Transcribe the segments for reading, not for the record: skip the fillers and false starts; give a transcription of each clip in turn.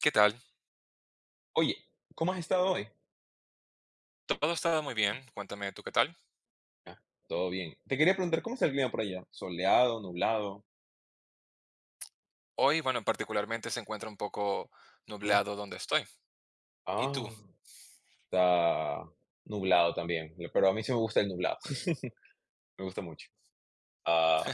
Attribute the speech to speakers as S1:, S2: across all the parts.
S1: ¿Qué tal?
S2: Oye, ¿cómo has estado hoy?
S1: Todo está muy bien, cuéntame tú qué tal.
S2: Ah, Todo bien. Te quería preguntar, ¿cómo está el clima por allá? ¿Soleado, nublado?
S1: Hoy, bueno, particularmente se encuentra un poco
S2: Mm.
S1: nublado donde estoy. ¿Y tú?
S2: Ah, Está nublado también, pero a mí sí me gusta el nublado, me gusta mucho. Ah,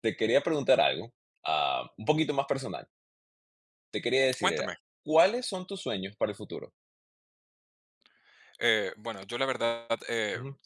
S2: Te quería preguntar algo, un poquito más personal. Te quería decir,
S1: Cuéntame.
S2: ¿cuáles son tus sueños para el futuro?
S1: Bueno, yo la verdad
S2: Ujú.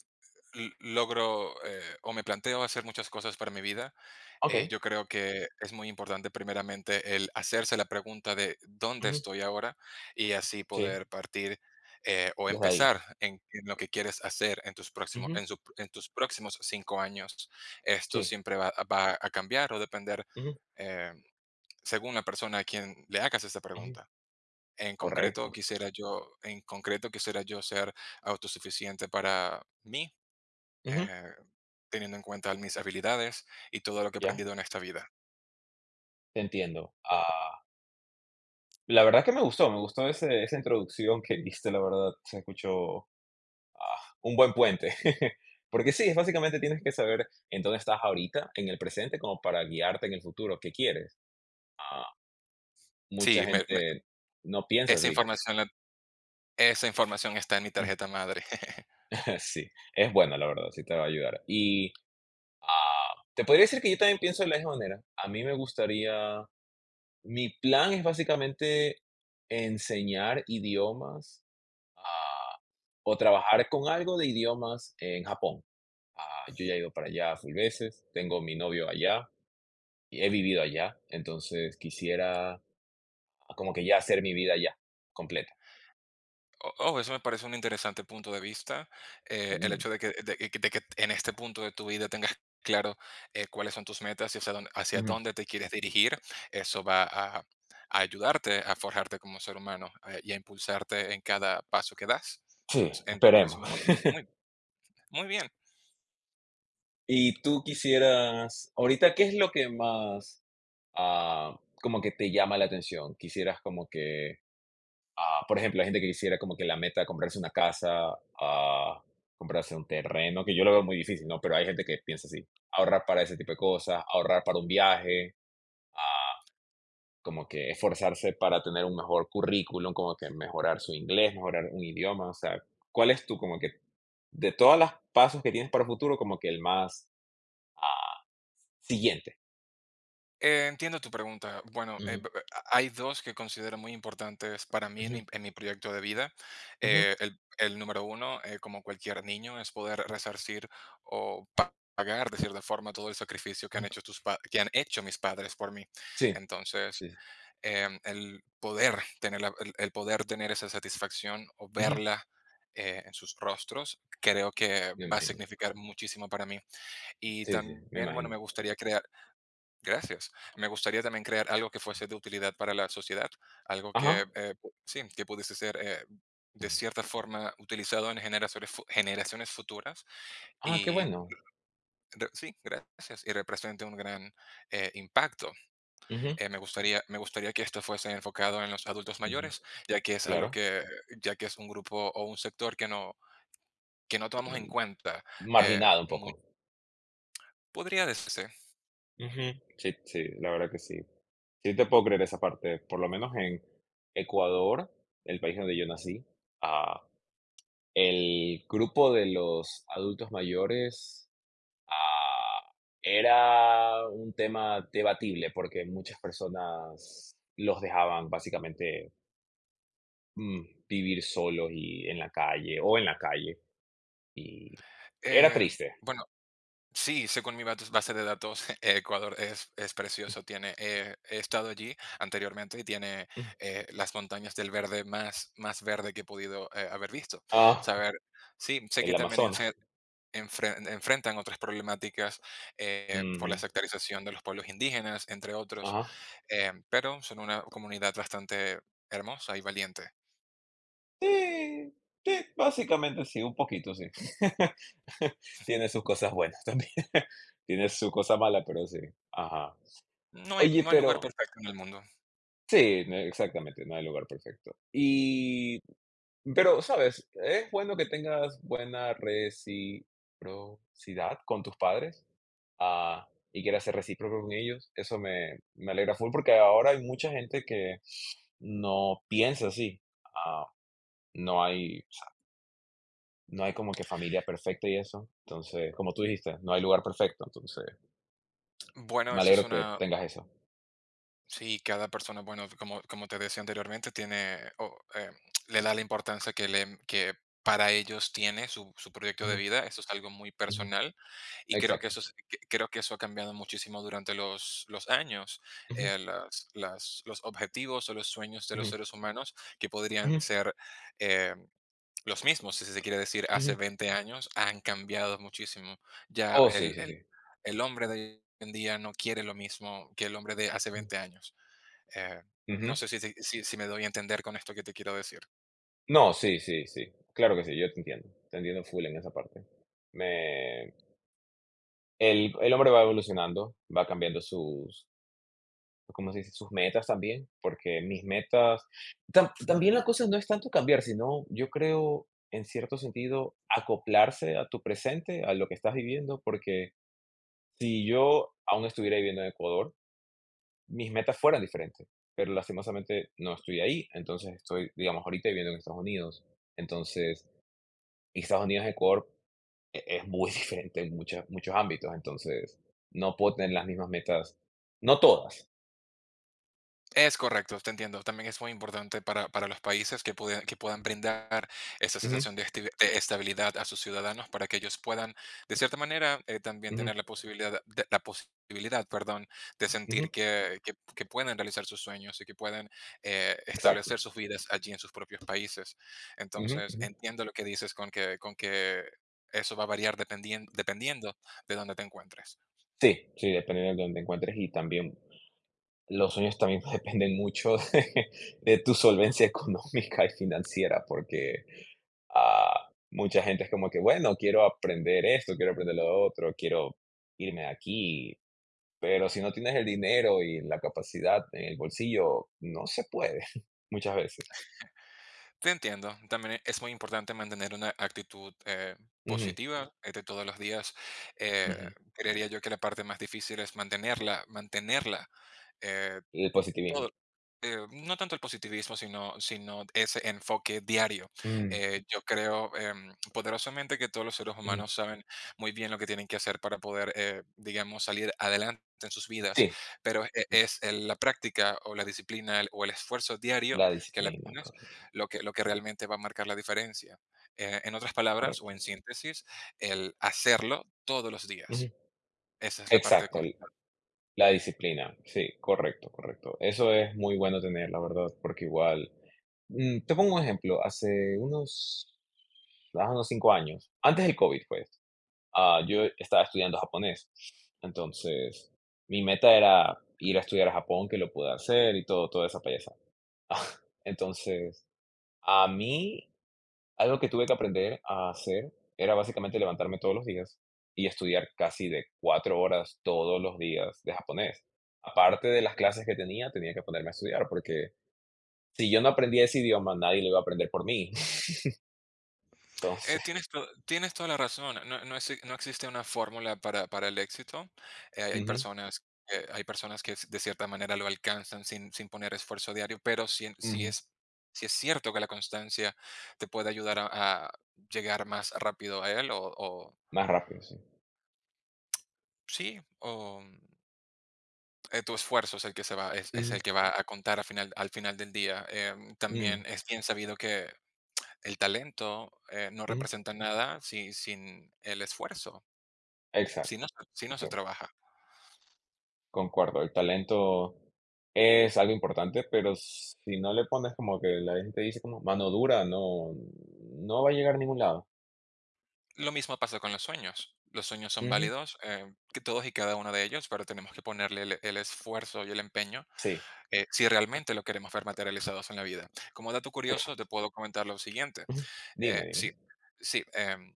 S1: logro o me planteo hacer muchas cosas para mi vida.
S2: Ok,
S1: Yo creo que es muy importante primeramente el hacerse la pregunta de dónde
S2: ujú,
S1: estoy ahora y así
S2: sí,
S1: poder partir o
S2: desde ahí.
S1: empezar en lo que quieres hacer en tus, próximos
S2: Ujú.
S1: en tus próximos 5 años. Esto
S2: Sí,
S1: siempre va a cambiar o depender
S2: ujú,
S1: eh, según la persona a quien le hagas esta
S2: ujú,
S1: pregunta. En concreto,
S2: correcto.
S1: quisiera yo, en concreto, quisiera yo ser autosuficiente para mí,
S2: Ujú.
S1: eh, teniendo en cuenta mis habilidades y todo lo que he
S2: Ya,
S1: aprendido en esta vida.
S2: te entiendo. La verdad que me gustó ese esa introducción que diste, la verdad, se escuchó, un buen puente. Porque sí, es básicamente tienes que saber en dónde estás ahorita, en el presente, como para guiarte en el futuro, qué quieres. Ah, Mucha
S1: Sí, me me
S2: gente no piensa
S1: esa
S2: así.
S1: información la esa información está en mi tarjeta madre.
S2: Sí, es bueno, la verdad, sí te va a ayudar. Te podría decir que yo también pienso de la misma manera. A mí me gustaría mi plan es básicamente enseñar idiomas, ah o trabajar con algo de idiomas en Japón. Ah, yo ya he ido para allá full veces, tengo mi novio allá y he vivido allá, entonces quisiera como que ya hacer mi vida allá, completa.
S1: O Oh, eso me parece un interesante punto de vista, el
S2: Mm,
S1: hecho de que en este punto de tu vida tengas claro, cuáles son tus metas y hacia
S2: ujú.
S1: dónde te quieres dirigir, eso va a ayudarte a forjarte como ser humano, y a impulsarte en cada paso que das.
S2: Sí,
S1: Entonces,
S2: esperemos.
S1: muy muy bien.
S2: ¿Y tú quisieras, ahorita qué es lo que más, como que te llama la atención? ¿Quisieras como que por ejemplo, hay gente que quisiera como que la meta comprarse una casa, ah, comprarse un terreno, que yo lo veo muy difícil, ¿no? Pero hay gente que piensa así, ahorrar para ese tipo de cosas, ahorrar para un viaje, como que esforzarse para tener un mejor currículum, como que mejorar su inglés, mejorar un idioma, o sea, ¿cuál es tú como que de todas las pasos que tienes para el futuro, como que el más ah, siguiente?
S1: Entiendo tu pregunta. Bueno,
S2: Ujú,
S1: hay dos que considero muy importantes para mí
S2: ujú,
S1: en mi proyecto de vida.
S2: ujú,
S1: El número uno, como cualquier niño, es poder resarcir o pagar de cierta forma todo el sacrificio que han
S2: ujú.
S1: hecho, que han hecho mis padres por mí.
S2: Sí,
S1: Entonces,
S2: sí, sí.
S1: el poder tener el poder tener esa satisfacción o
S2: Ujú,
S1: verla en sus rostros, creo que
S2: me
S1: va a
S2: imagino.
S1: significar muchísimo para mí. Y
S2: Sí, sí, me
S1: también, bueno,
S2: imagino.
S1: me gustaría crear. Gracias. Me gustaría también crear algo que fuese de utilidad para la sociedad, algo que
S2: Ajá.
S1: sí, que pudiese ser de
S2: Ajá.
S1: cierta forma utilizado en generaciones futuras
S2: Ah, qué
S1: y
S2: bueno.
S1: sí, gracias, y represente un gran impacto.
S2: Ujú,
S1: Me gustaría que esto fuese enfocado en los adultos
S2: ujú.
S1: mayores, ya que es algo
S2: Claro,
S1: que, ya que es un grupo o un sector que no tomamos en
S2: mm,
S1: cuenta. eh,
S2: marginado un
S1: mu-
S2: poco.
S1: podría decirse.
S2: Ujú. Sí, sí, la verdad que sí. Sí te puedo creer esa parte, por lo menos en Ecuador, el país donde yo nací, ah, el grupo de los adultos mayores ah, era un tema debatible porque muchas personas los dejaban básicamente vivir solos y en la calle o en la calle y era
S1: Eh,
S2: triste.
S1: bueno, sí, según mi base de datos, Ecuador es precioso. Tiene, he estado allí anteriormente y tiene
S2: Mm.
S1: las montañas del verde más verde que he podido haber visto.
S2: Ah,
S1: Saber, sí, sé
S2: el
S1: que también
S2: Amazonas.
S1: enfrentan otras problemáticas por
S2: Ujú.
S1: la sectarización de los pueblos indígenas, entre otros,
S2: Ajá.
S1: pero son una comunidad bastante hermosa y valiente.
S2: Sí, sí, básicamente sí, un poquito sí. Tiene sus cosas buenas también. Tiene su cosa mala, pero sí. Ajá. Oye,
S1: No hay lugar
S2: pero
S1: perfecto en el mundo.
S2: sí, no, exactamente, no hay lugar perfecto. Pero ¿sabes? Es bueno que tengas buena reciprocidad con tus padres, y quieras ser recíproco con ellos. Me alegra full porque ahora hay mucha gente que no piensa así. Ah, no hay No hay como que familia perfecta y eso. Entonces, como tú dijiste, no hay lugar perfecto. Entonces,
S1: Bueno,
S2: me
S1: eso es
S2: alegro que
S1: una.
S2: tengas eso.
S1: Sí, cada persona, bueno, como, como te decía anteriormente, tiene le da la importancia que para ellos tiene su proyecto de
S2: Ujú,
S1: vida. Eso es algo muy
S2: ujú,
S1: personal y creo que
S2: exacto.
S1: creo que eso ha cambiado muchísimo durante los años.
S2: Ujú,
S1: Los objetivos o los sueños de los
S2: ujú,
S1: seres humanos que podrían
S2: ujú,
S1: ser eh, los mismos, si se quiere decir, hace
S2: ujú.
S1: 20 años, han cambiado muchísimo. Ya
S2: Oh, sí,
S1: el,
S2: sí,
S1: el
S2: sí.
S1: el hombre de hoy en día no quiere lo mismo que el hombre de hace
S2: Ujú,
S1: 20 años. Eh, no
S2: ujú.
S1: sé si si me doy a entender con esto que te quiero decir.
S2: No, sí, sí, sí. Claro que sí, yo te entiendo. Te entiendo full en esa parte. Me el hombre va evolucionando, va cambiando sus como se dice? Sus metas también, porque mis metas también la cosa no es tanto cambiar, sino yo creo, en cierto sentido, acoplarse a tu presente, a lo que estás viviendo, porque si yo aún estuviera viviendo en Ecuador, mis metas fueran diferentes, pero lastimosamente no estoy ahí, entonces estoy, digamos, ahorita viviendo en Estados Unidos. Entonces, Estados Unidos Ecuador e es muy diferente en muchas muchos ámbitos, entonces no puedo tener las mismas metas, no todas.
S1: Es correcto, te entiendo. También es muy importante para los países que puedan brindar esa
S2: Ujú,
S1: sensación de estabilidad a sus ciudadanos para que ellos puedan, de cierta manera, también
S2: ujú,
S1: tener la posibilidad, perdón, de
S2: ujú,
S1: sentir que pueden realizar sus sueños y que pueden establecer
S2: exacto.
S1: sus vidas allí en sus propios países.
S2: Ujú,
S1: Entonces,
S2: ujú.
S1: entiendo lo que dices con que eso va a variar dependiendo de dónde te encuentres.
S2: Sí, sí, dependiendo de donde encuentres y también los sueños también dependen mucho de tu solvencia económica y financiera, porque mucha gente es como que, bueno, quiero aprender esto, quiero aprender lo otro, quiero irme de aquí, pero si no tienes el dinero y la capacidad en el bolsillo, no se puede muchas veces.
S1: Te entiendo. También es muy importante mantener una actitud
S2: Ujú,
S1: positiva de todos los días. Eh,
S2: ujú.
S1: Creería yo que la parte más difícil es mantenerla eh,
S2: El positivismo.
S1: todo- no tanto el positivismo, sino ese enfoque diario.
S2: Mm,
S1: Yo creo poderosamente que todos los seres
S2: ujú.
S1: humanos saben muy bien lo que tienen que hacer para poder, digamos, salir adelante en sus vidas,
S2: Sí,
S1: pero
S2: es
S1: la práctica o la disciplina o el esfuerzo diario
S2: la
S1: que le
S2: disciplina,
S1: pones
S2: correcto.
S1: lo lo que realmente va a marcar la diferencia. En otras palabras, o en
S2: Correcto.
S1: síntesis, el hacerlo todos los
S2: Ujú.
S1: días. Esa es la parte
S2: Exacto,
S1: complicada.
S2: la disciplina, sí, correcto, correcto. Eso es muy bueno tener, la verdad, porque igual, te pongo un ejemplo, hace unos 5 años, antes del COVID, pues, yo estaba estudiando japonés. Entonces, mi meta era ir a estudiar a Japón, que lo pude hacer y todo, toda esa payasa. Entonces, a mí algo que tuve que aprender a hacer era básicamente levantarme todos los días y estudiar casi de 4 horas todos los días de japonés. Aparte de las clases que tenía, tenía que ponerme a estudiar, porque si yo no aprendía ese idioma, nadie lo iba a aprender por mí. Entonces,
S1: Tienes, tienes toda la razón. No, no existe una fórmula para el éxito. Eh, hay
S2: ujú,
S1: personas, hay personas que de cierta manera lo alcanzan sin poner esfuerzo diario, pero
S2: ujú,
S1: sí es cierto que la constancia te puede ayudar a llegar más rápido a él
S2: más rápido, sí.
S1: sí, o tu esfuerzo es el que se es
S2: Ujú,
S1: el que va a contar al final del día.
S2: mm,
S1: También es bien sabido que el talento no
S2: ujú.
S1: representa nada sin el esfuerzo. Si
S2: Exacto,
S1: no, si no se
S2: exacto.
S1: trabaja.
S2: Concuerdo, el talento es algo importante, pero si no le pones como que la gente dice como mano dura, no no va a llegar a ningún lado.
S1: Lo mismo pasa con los sueños. Los sueños son
S2: Ujú,
S1: válidos, que todos y cada uno de ellos, pero tenemos que ponerle el esfuerzo y el empeño
S2: sí.
S1: si realmente lo queremos ver materializados en la vida. Como dato curioso, te
S2: Exacto.
S1: puedo comentar lo siguiente.
S2: Ujú. Dime,
S1: Eh, sí,
S2: dime.
S1: sí.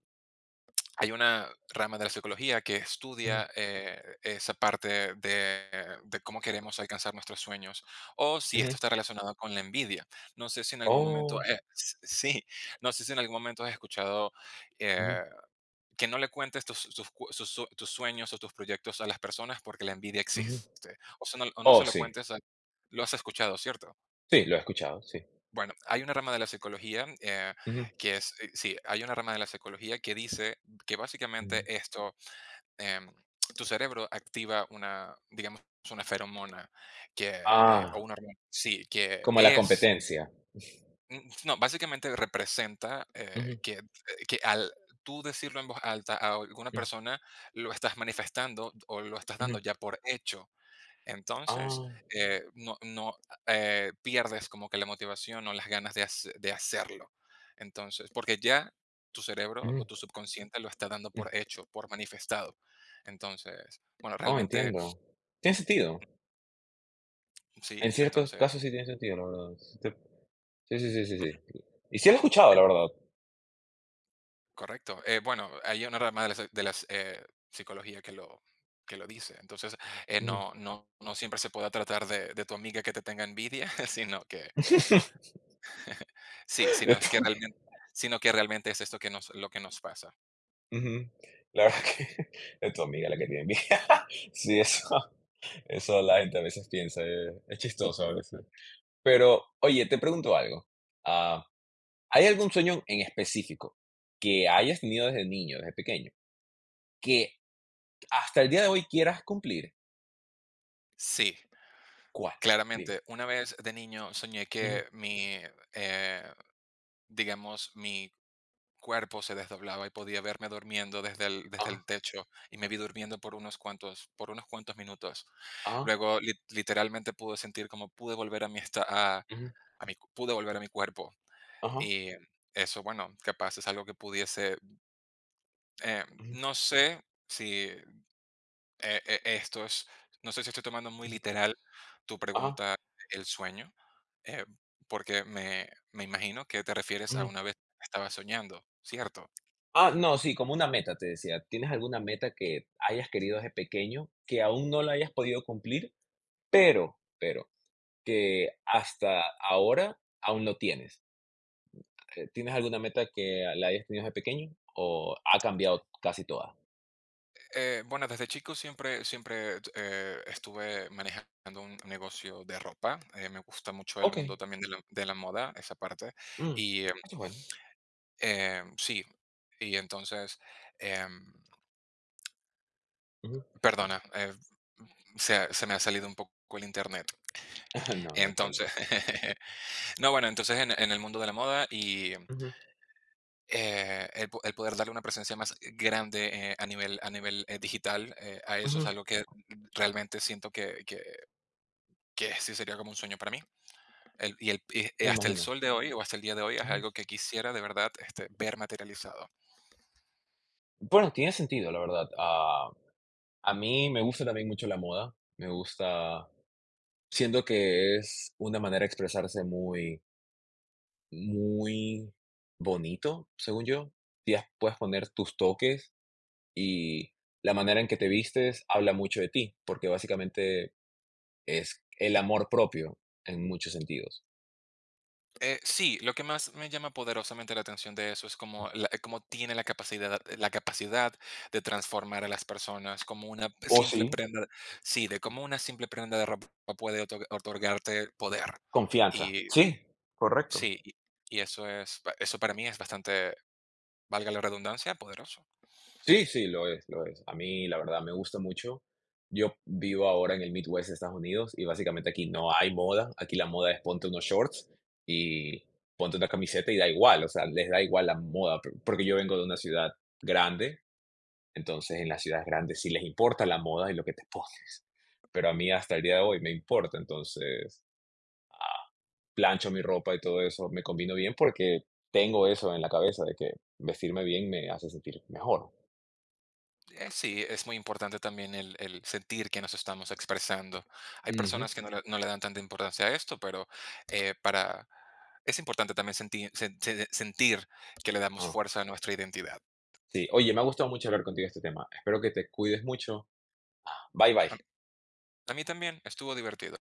S1: Hay una rama de la psicología que
S2: Ujú,
S1: estudia esa parte de cómo queremos alcanzar nuestros sueños o si esto
S2: ujú.
S1: está relacionado con la envidia. No sé si en algún momento,
S2: Oh,
S1: sí, no sé si en algún momento has escuchado
S2: ujú,
S1: eh, que no le cuentes tus, tus cu- sus su- tus sueños o tus proyectos a las personas porque la envidia
S2: ujú.
S1: existe. O sea, o no se
S2: Oh,
S1: lo
S2: sí.
S1: cuentes, lo has escuchado, ¿cierto?
S2: Sí, lo he escuchado, sí.
S1: Bueno, hay una rama de la psicología
S2: Ujú,
S1: sí, hay una rama de la psicología que dice que básicamente
S2: ujú.
S1: esto em, tu cerebro activa una, digamos, una feromona que, o
S2: Ah,
S1: una hormona, sí, que
S2: como la
S1: es,
S2: competencia.
S1: mm, no, básicamente representa
S2: Ujú,
S1: que al tú decirlo en voz alta a alguna
S2: ujú,
S1: persona, lo estás manifestando o lo estás dando
S2: ujú.
S1: ya por hecho. Entonces,
S2: Ah,
S1: no no, pierdes como que la motivación o las ganas de hacerlo. Entonces, porque ya tu cerebro o
S2: ujú,
S1: tu subconsciente lo está dando
S2: ujú.
S1: por hecho, por manifestado. Entonces, bueno,
S2: Oh,
S1: realmente
S2: entiendo. Tiene sentido.
S1: sí,
S2: En ciertos
S1: entonces
S2: casos sí tiene sentido, la verdad. Sí, sí, sí, sí,
S1: ujú,
S2: sí. Y sí lo he escuchado, la
S1: en
S2: verdad.
S1: correcto. Bueno, hay una rama de la psicología que lo dice. Entonces,
S2: Ujú.
S1: no siempre se pueda tratar de tu amiga que te tenga envidia, sino que sí,
S2: De tu
S1: sino que realmente es esto que nos lo que nos pasa.
S2: ujú. La verdad que de tu amiga la que tiene envidia. Sí, eso eso la gente a veces piensa, es chistoso a veces. Pero, oye, te pregunto algo. Ah, ¿Hay algún sueño en específico que hayas tenido desde niño, desde pequeño, que hasta el día de hoy quieras cumplir?
S1: Sí,
S2: ¿Cuál?
S1: claramente.
S2: Dime.
S1: Una vez de niño soñé
S2: Ujú,
S1: eh, digamos, mi cuerpo se desdoblaba y podía verme durmiendo desde
S2: ajá,
S1: el techo y me vi durmiendo por unos cuantos minutos.
S2: ajá,
S1: Luego literalmente pude sentir como pude volver
S2: ujú,
S1: a mi, pude volver a mi cuerpo.
S2: ajá,
S1: Y eso, bueno, capaz es algo que pudiese, eh,
S2: ujú,
S1: no sé si eh, eh, esto es, no sé si estoy tomando muy
S2: ujú,
S1: literal tu
S2: ajá,
S1: pregunta, el sueño. Eh, Porque me imagino que te refieres a una
S2: ujú.
S1: vez que estaba soñando, ¿cierto?
S2: Ah, no, sí, como una meta, te decía. ¿Tienes alguna meta que hayas querido desde pequeño, que aún no la hayas podido cumplir, pero que hasta ahora aún no tienes? ¿Tienes alguna meta que la hayas tenido desde pequeño o ha cambiado casi toda?
S1: Bueno, desde chico siempre estuve manejando un negocio de ropa. Me gusta mucho el mundo
S2: Okey,
S1: también de de la moda, esa parte.
S2: mm, eso
S1: Y eh,
S2: es bueno.
S1: sí, y entonces, em,
S2: Ujú.
S1: perdona, se me ha salido un poco el internet.
S2: No, no hay problema.
S1: Entonces, no, bueno, entonces en el mundo de la moda y
S2: Ujú,
S1: El poder darle una presencia más grande a nivel digital, a eso es
S2: ujú,
S1: algo que realmente siento que sí sería como un sueño para mí. Y
S2: me
S1: hasta el
S2: imagino.
S1: sol de hoy o hasta el día de hoy es
S2: Ujú.
S1: algo que quisiera de verdad este, ver materializado.
S2: Bueno, tiene sentido, la verdad. A mí me gusta también mucho la moda, me gusta siento que es una manera de expresarse muy muy bonito, según yo. Sí puedes poner tus toques y la manera en que te vistes habla mucho de ti, porque básicamente es el amor propio en muchos sentidos.
S1: Sí, lo que más me llama poderosamente la atención de eso es como tiene la capacidad de transformar a las personas, como una
S2: O sí,
S1: simple prenda, sí, de cómo una simple prenda de ropa puede otorgarte poder.
S2: confianza. Sí, correcto.
S1: Sí, y eso es pa eso para mí es bastante, valga la redundancia, poderoso.
S2: Sí, sí, lo es, lo es. A mí, la verdad, me gusta mucho. Yo vivo ahora en el Midwest de Estados Unidos y básicamente aquí no hay moda. Aquí la moda es ponte unos shorts y ponte una camiseta y da igual, o sea, les da igual la moda, porque yo vengo de una ciudad grande, entonces en las ciudades grandes sí les importa la moda y lo que te pones. Pero a mí hasta el día de hoy me importa, entonces plancho mi ropa y todo eso, me combino bien porque tengo eso en la cabeza de que vestirme bien me hace sentir mejor.
S1: Sí, es muy importante también el sentir que nos estamos expresando. Hay personas que no le dan tanta importancia a esto, pero, para es importante también sentir sentir que le damos
S2: Ujú.
S1: fuerza a nuestra identidad.
S2: Sí, oye, me ha gustado mucho hablar contigo de este tema. Espero que te cuides mucho. Bye bye.
S1: A a mí también estuvo divertido.